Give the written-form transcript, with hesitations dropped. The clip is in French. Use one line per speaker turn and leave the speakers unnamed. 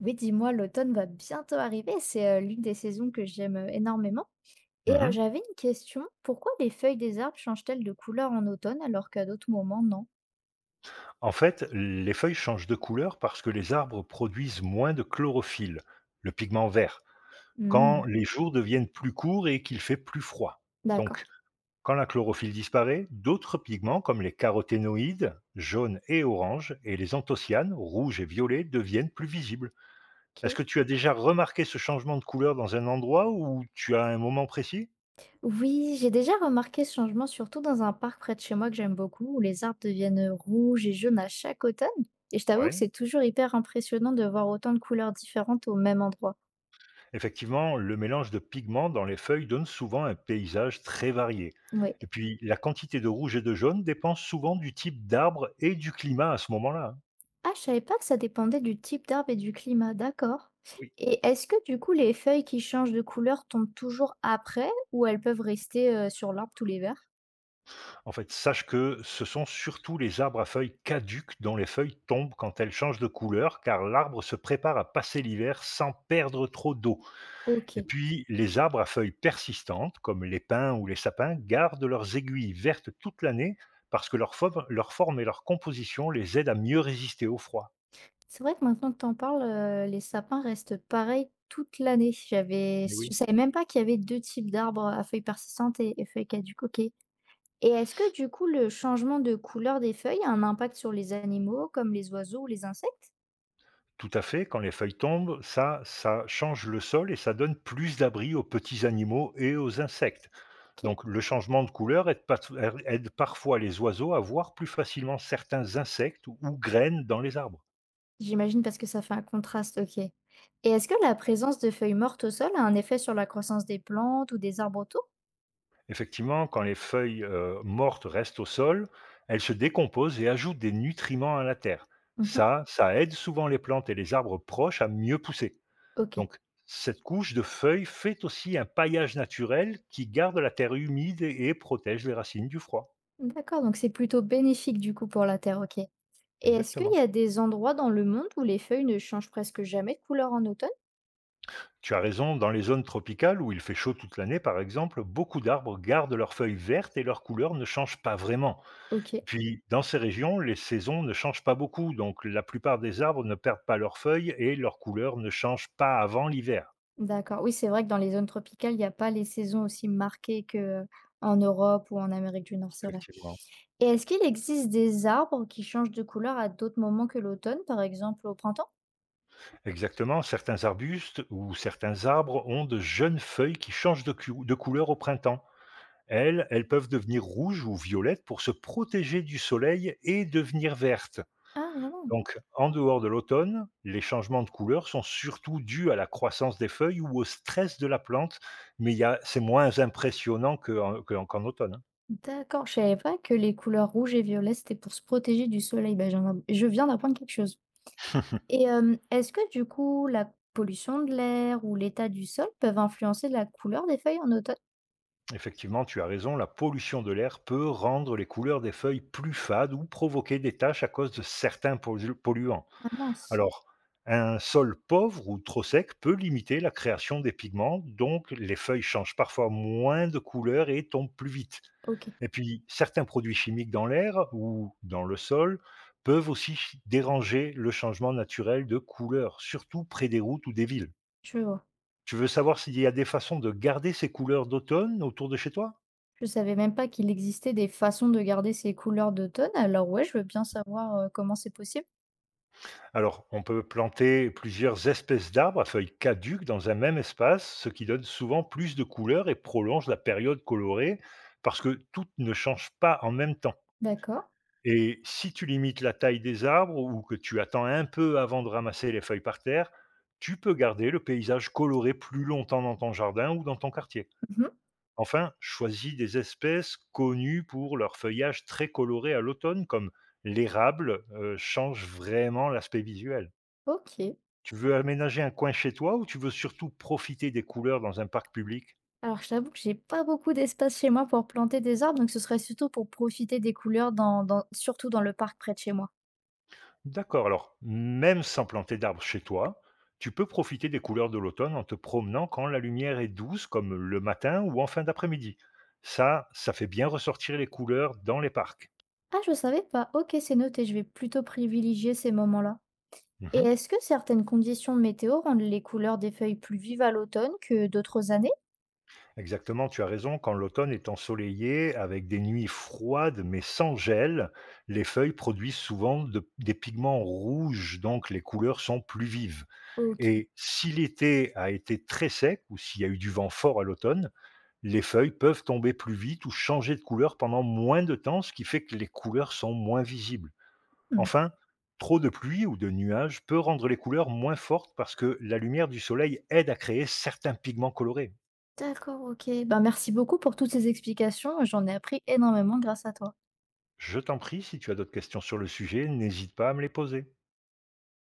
Oui, dis-moi, l'automne va bientôt arriver, c'est, l'une des saisons que j'aime, énormément et
Mmh.
j'avais une question, pourquoi les feuilles des arbres changent-elles de couleur en automne alors qu'à d'autres moments, non?
En fait, les feuilles changent de couleur parce que les arbres produisent moins de chlorophylle, le pigment vert,
Mmh,
quand les jours deviennent plus courts et qu'il fait plus froid.
d'accord,
Donc, quand la chlorophylle disparaît, d'autres pigments comme les caroténoïdes, jaunes et oranges, et les anthocyanes, rouges et violets, deviennent plus visibles. Est-ce
OK.
que tu as déjà remarqué ce changement de couleur dans un endroit ou tu as un moment précis?
Oui, j'ai déjà remarqué ce changement, surtout dans un parc près de chez moi que j'aime beaucoup, où les arbres deviennent, rouges et jaunes à chaque automne et je t'avoue que
Ouais.
c'est toujours hyper impressionnant de voir autant de couleurs différentes au même endroit.
Effectivement, le mélange de pigments dans les feuilles donne souvent un paysage très varié.
Oui.
Et puis, la quantité de rouge et de jaune dépend souvent du type d'arbre et du climat à ce moment-là, hein.
Ah, je savais pas que ça dépendait du type d'arbre et du climat, d'accord.
Oui.
Et est-ce que du coup les feuilles qui changent de couleur tombent toujours après ou elles peuvent rester sur l'arbre tous les verts?
En fait, sache que ce sont surtout les arbres à feuilles caduques dont les feuilles tombent quand elles changent de couleur, car l'arbre se prépare à passer l'hiver sans perdre trop d'eau.
OK.
Et puis, les arbres à feuilles persistantes, comme les pins ou les sapins, gardent leurs aiguilles vertes toute l'année parce que leur forme et leur composition les aident à mieux résister au froid.
C'est vrai que maintenant que t'en parles, les sapins restent pareils toute l'année.
Mais
Je
oui,
savais même pas qu'il y avait deux types d'arbres à feuilles persistantes et feuilles caduques. OK. Et est-ce que du coup le changement de couleur des feuilles a un impact sur les animaux comme les oiseaux ou les insectes?
tout à fait, quand les feuilles tombent, ça change le sol et ça donne plus d'abri aux petits animaux et aux insectes.
OK.
Donc le changement de couleur aide parfois les oiseaux à voir plus facilement certains insectes ou graines dans les arbres.
J'imagine parce que ça fait un contraste, OK. Et est-ce que la présence de feuilles mortes au sol a un effet sur la croissance des plantes ou des arbres autour?
Effectivement, quand les feuilles mortes restent au sol, elles se décomposent et ajoutent des nutriments à la terre.
Mhm.
Ça aide souvent les plantes et les arbres proches à mieux pousser.
OK.
Donc, cette couche de feuilles fait aussi un paillage naturel qui garde la terre humide et protège les racines du froid.
D'accord, donc c'est plutôt bénéfique du coup pour la terre, OK. Et est-ce qu'il y
Exactement.
a des endroits dans le monde où les feuilles ne changent presque jamais de couleur en automne?
Tu as raison, dans les zones tropicales où il fait chaud toute l'année, par exemple, beaucoup d'arbres gardent leurs feuilles vertes et leur couleur ne change pas vraiment.
OK.
Puis, dans ces régions, les saisons ne changent pas beaucoup, donc la plupart des arbres ne perdent pas leurs feuilles et leur couleur ne change pas avant l'hiver.
D'accord. Oui, c'est vrai que dans les zones tropicales, il n'y a pas les saisons aussi marquées que en Europe ou en Amérique du Nord, c'est vrai.
Effectivement.
Et est-ce qu'il existe des arbres qui changent de couleur à d'autres moments que l'automne, par exemple au printemps?
Exactement, certains arbustes ou certains arbres ont de jeunes feuilles qui changent de couleur au printemps. Elles, elles peuvent devenir rouges ou violettes pour se protéger du soleil et devenir vertes.
Ah, vraiment?
Donc, en dehors de l'automne, les changements de couleur sont surtout dus à la croissance des feuilles ou au stress de la plante, mais c'est moins impressionnant qu'en automne.
D'accord, je savais pas que les couleurs rouges et violets, c'était pour se protéger du soleil. Ben, je viens d'apprendre quelque chose.
Hein.
Et est-ce que du coup, la pollution de l'air ou l'état du sol peuvent influencer la couleur des feuilles en automne?
Effectivement, tu as raison, la pollution de l'air peut rendre les couleurs des feuilles plus fades ou provoquer des taches à cause de certains polluants.
Ah mince,
Alors, un sol pauvre ou trop sec peut limiter la création des pigments, donc les feuilles changent parfois moins de couleur et tombent plus vite.
ok,
Et puis, certains produits chimiques dans l'air ou dans le sol peuvent aussi déranger le changement naturel de couleur, surtout près des routes ou des villes.
je vois.
Tu veux savoir s'il y a des façons de garder ces couleurs d'automne autour de chez toi?
Je savais même pas qu'il existait des façons de garder ces couleurs d'automne. Alors ouais, je veux bien savoir comment c'est possible.
Alors, on peut planter plusieurs espèces d'arbres à feuilles caduques dans un même espace, ce qui donne souvent plus de couleurs et prolonge la période colorée, parce que toutes ne changent pas en même temps.
D'accord.
Et si tu limites la taille des arbres ou que tu attends un peu avant de ramasser les feuilles par terre, tu peux garder le paysage coloré plus longtemps dans ton jardin ou dans ton quartier.
Mhm.
Enfin, choisis des espèces connues pour leur feuillage très coloré à l'automne, comme l'érable, change vraiment l'aspect visuel.
OK.
Tu veux aménager un coin chez toi ou tu veux surtout profiter des couleurs dans un parc public?
Alors je t'avoue que j'ai pas beaucoup d'espace chez moi pour planter des arbres, donc ce serait surtout pour profiter des couleurs surtout dans le parc près de chez moi.
D'accord, alors même sans planter d'arbres chez toi, tu peux profiter des couleurs de l'automne en te promenant quand la lumière est douce, comme le matin ou en fin d'après-midi. Ça fait bien ressortir les couleurs dans les parcs.
Ah, je savais pas. OK, c'est noté, je vais plutôt privilégier ces moments-là. Et
Mhm.
est-ce que certaines conditions météo rendent les couleurs des feuilles plus vives à l'automne que d'autres années?
Exactement, tu as raison, quand l'automne est ensoleillé, avec des nuits froides mais sans gel, les feuilles produisent souvent des pigments rouges, donc les couleurs sont plus vives.
OK.
Et si l'été a été très sec ou s'il y a eu du vent fort à l'automne, les feuilles peuvent tomber plus vite ou changer de couleur pendant moins de temps, ce qui fait que les couleurs sont moins visibles.
Hmm.
Enfin, trop de pluie ou de nuages peut rendre les couleurs moins fortes parce que la lumière du soleil aide à créer certains pigments colorés.
D'accord, ok. Ben, merci beaucoup pour toutes ces explications. J'en ai appris énormément grâce à toi.
Je t'en prie, si tu as d'autres questions sur le sujet, n'hésite pas à me les poser.